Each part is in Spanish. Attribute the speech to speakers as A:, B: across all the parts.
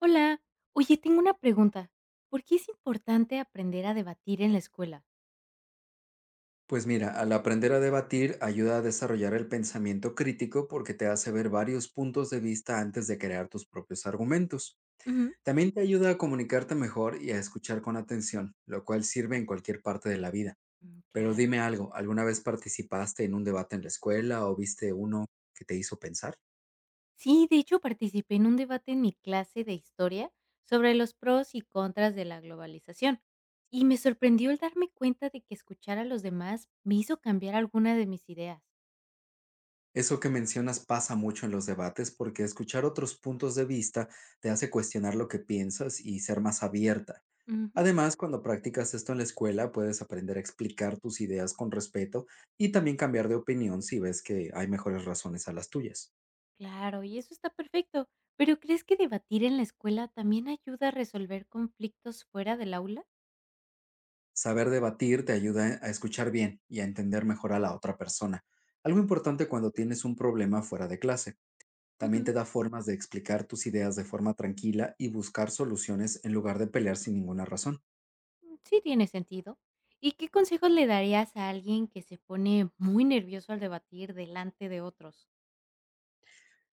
A: Hola, oye, tengo una pregunta. ¿Por qué es importante aprender a debatir en la escuela?
B: Pues mira, al aprender a debatir ayuda a desarrollar el pensamiento crítico porque te hace ver varios puntos de vista antes de crear tus propios argumentos.
A: Ujú.
B: También te ayuda a comunicarte mejor y a escuchar con atención, lo cual sirve en cualquier parte de la vida. Pero
A: Claro.
B: dime algo, ¿alguna vez participaste en un debate en la escuela o viste uno que te hizo pensar?
A: Sí, de hecho participé en un debate en mi clase de historia sobre los pros y contras de la globalización. Y me sorprendió el darme cuenta de que escuchar a los demás me hizo cambiar alguna de mis ideas.
B: Eso que mencionas pasa mucho en los debates porque escuchar otros puntos de vista te hace cuestionar lo que piensas y ser más abierta.
A: Ujú,
B: Además, cuando practicas esto en la escuela, puedes aprender a explicar tus ideas con respeto y también cambiar de opinión si ves que hay mejores razones a las tuyas.
A: claro, y eso está perfecto. Pero ¿crees que debatir en la escuela también ayuda a resolver conflictos fuera del aula?
B: Saber debatir te ayuda a escuchar bien y a entender mejor a la otra persona. Algo importante cuando tienes un problema fuera de clase. También te
A: Ujú.
B: da formas de explicar tus ideas de forma tranquila y buscar soluciones en lugar de pelear sin ninguna razón.
A: Sí, tiene sentido. ¿Y qué consejos le darías a alguien que se pone muy nervioso al debatir delante de otros?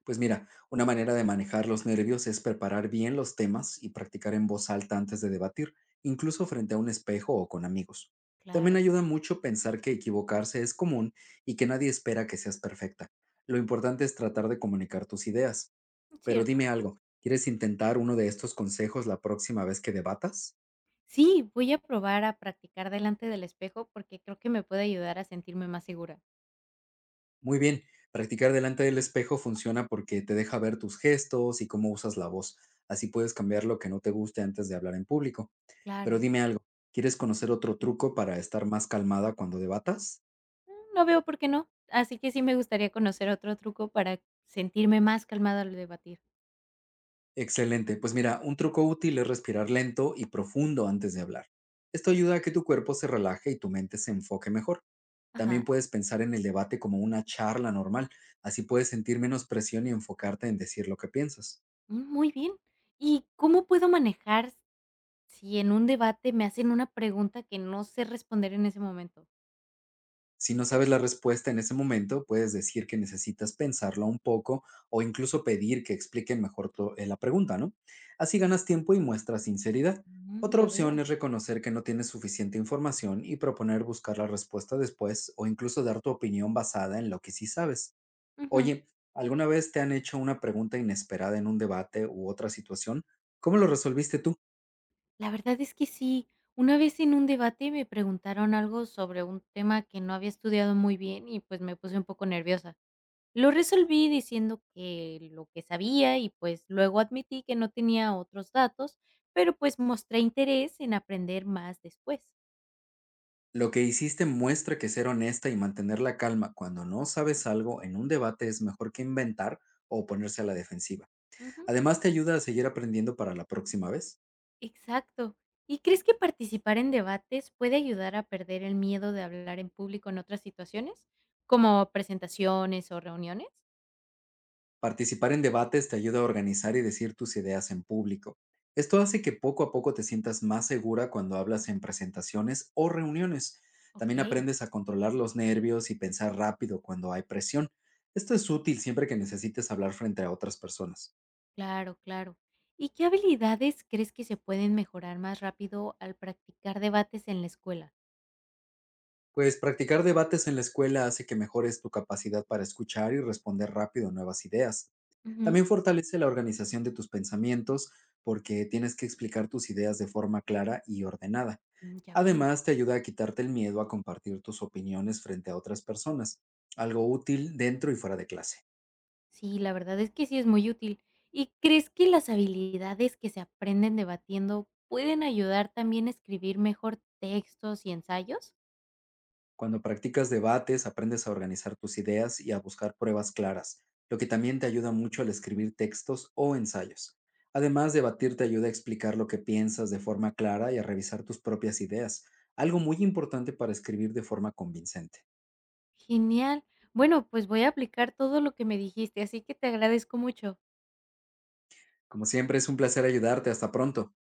B: Pues mira, una manera de manejar los nervios es preparar bien los temas y practicar en voz alta antes de debatir, incluso frente a un espejo o con amigos. También
A: Claro,
B: ayuda mucho pensar que equivocarse es común y que nadie espera que seas perfecta. Lo importante es tratar de comunicar tus ideas. Pero
A: cierto.
B: dime algo, ¿quieres intentar uno de estos consejos la próxima vez que debatas?
A: Sí, voy a probar a practicar delante del espejo porque creo que me puede ayudar a sentirme más segura.
B: Muy bien, practicar delante del espejo funciona porque te deja ver tus gestos y cómo usas la voz. Así puedes cambiar lo que no te guste antes de hablar en público. Pero
A: Claro.
B: dime algo, ¿quieres conocer otro truco para estar más calmada cuando debatas?
A: No veo por qué no. Así que sí me gustaría conocer otro truco para sentirme más calmada al debatir.
B: Excelente, pues mira, un truco útil es respirar lento y profundo antes de hablar. Esto ayuda a que tu cuerpo se relaje y tu mente se enfoque mejor.
A: Ajá.
B: También puedes pensar en el debate como una charla normal, así puedes sentir menos presión y enfocarte en decir lo que piensas.
A: Muy bien. ¿Y cómo puedo manejar si en un debate me hacen una pregunta que no sé responder en ese momento?
B: Si no sabes la respuesta en ese momento, puedes decir que necesitas pensarla un poco o incluso pedir que expliquen mejor la pregunta, ¿no? Así ganas tiempo y muestras sinceridad. Otra
A: Ya
B: opción
A: veo.
B: es reconocer que no tienes suficiente información y proponer buscar la respuesta después o incluso dar tu opinión basada en lo que sí sabes.
A: Ujú.
B: Oye, ¿alguna vez te han hecho una pregunta inesperada en un debate u otra situación? ¿Cómo lo resolviste tú?
A: La verdad es que sí. Una vez en un debate me preguntaron algo sobre un tema que no había estudiado muy bien y pues me puse un poco nerviosa. Lo resolví diciendo que lo que sabía y pues luego admití que no tenía otros datos, pero pues mostré interés en aprender más después.
B: Lo que hiciste muestra que ser honesta y mantener la calma cuando no sabes algo en un debate es mejor que inventar o ponerse a la defensiva.
A: Ujú,
B: Además, te ayuda a seguir aprendiendo para la próxima vez.
A: exacto. ¿Y crees que participar en debates puede ayudar a perder el miedo de hablar en público en otras situaciones, como presentaciones o reuniones?
B: Participar en debates te ayuda a organizar y decir tus ideas en público. Esto hace que poco a poco te sientas más segura cuando hablas en presentaciones o reuniones. También
A: Ok.
B: aprendes a controlar los nervios y pensar rápido cuando hay presión. Esto es útil siempre que necesites hablar frente a otras personas.
A: Claro, claro. ¿Y qué habilidades crees que se pueden mejorar más rápido al practicar debates en la escuela?
B: Pues practicar debates en la escuela hace que mejores tu capacidad para escuchar y responder rápido a nuevas ideas.
A: Ujú.
B: También fortalece la organización de tus pensamientos porque tienes que explicar tus ideas de forma clara y ordenada.
A: Ya veo.
B: Además, te ayuda a quitarte el miedo a compartir tus opiniones frente a otras personas, algo útil dentro y fuera de clase.
A: Sí, la verdad es que sí es muy útil. ¿Y crees que las habilidades que se aprenden debatiendo pueden ayudar también a escribir mejor textos y ensayos?
B: Cuando practicas debates, aprendes a organizar tus ideas y a buscar pruebas claras, lo que también te ayuda mucho al escribir textos o ensayos. Además, debatir te ayuda a explicar lo que piensas de forma clara y a revisar tus propias ideas, algo muy importante para escribir de forma convincente.
A: Genial. Bueno, pues voy a aplicar todo lo que me dijiste, así que te agradezco mucho.
B: Como siempre, es un placer ayudarte. Hasta pronto.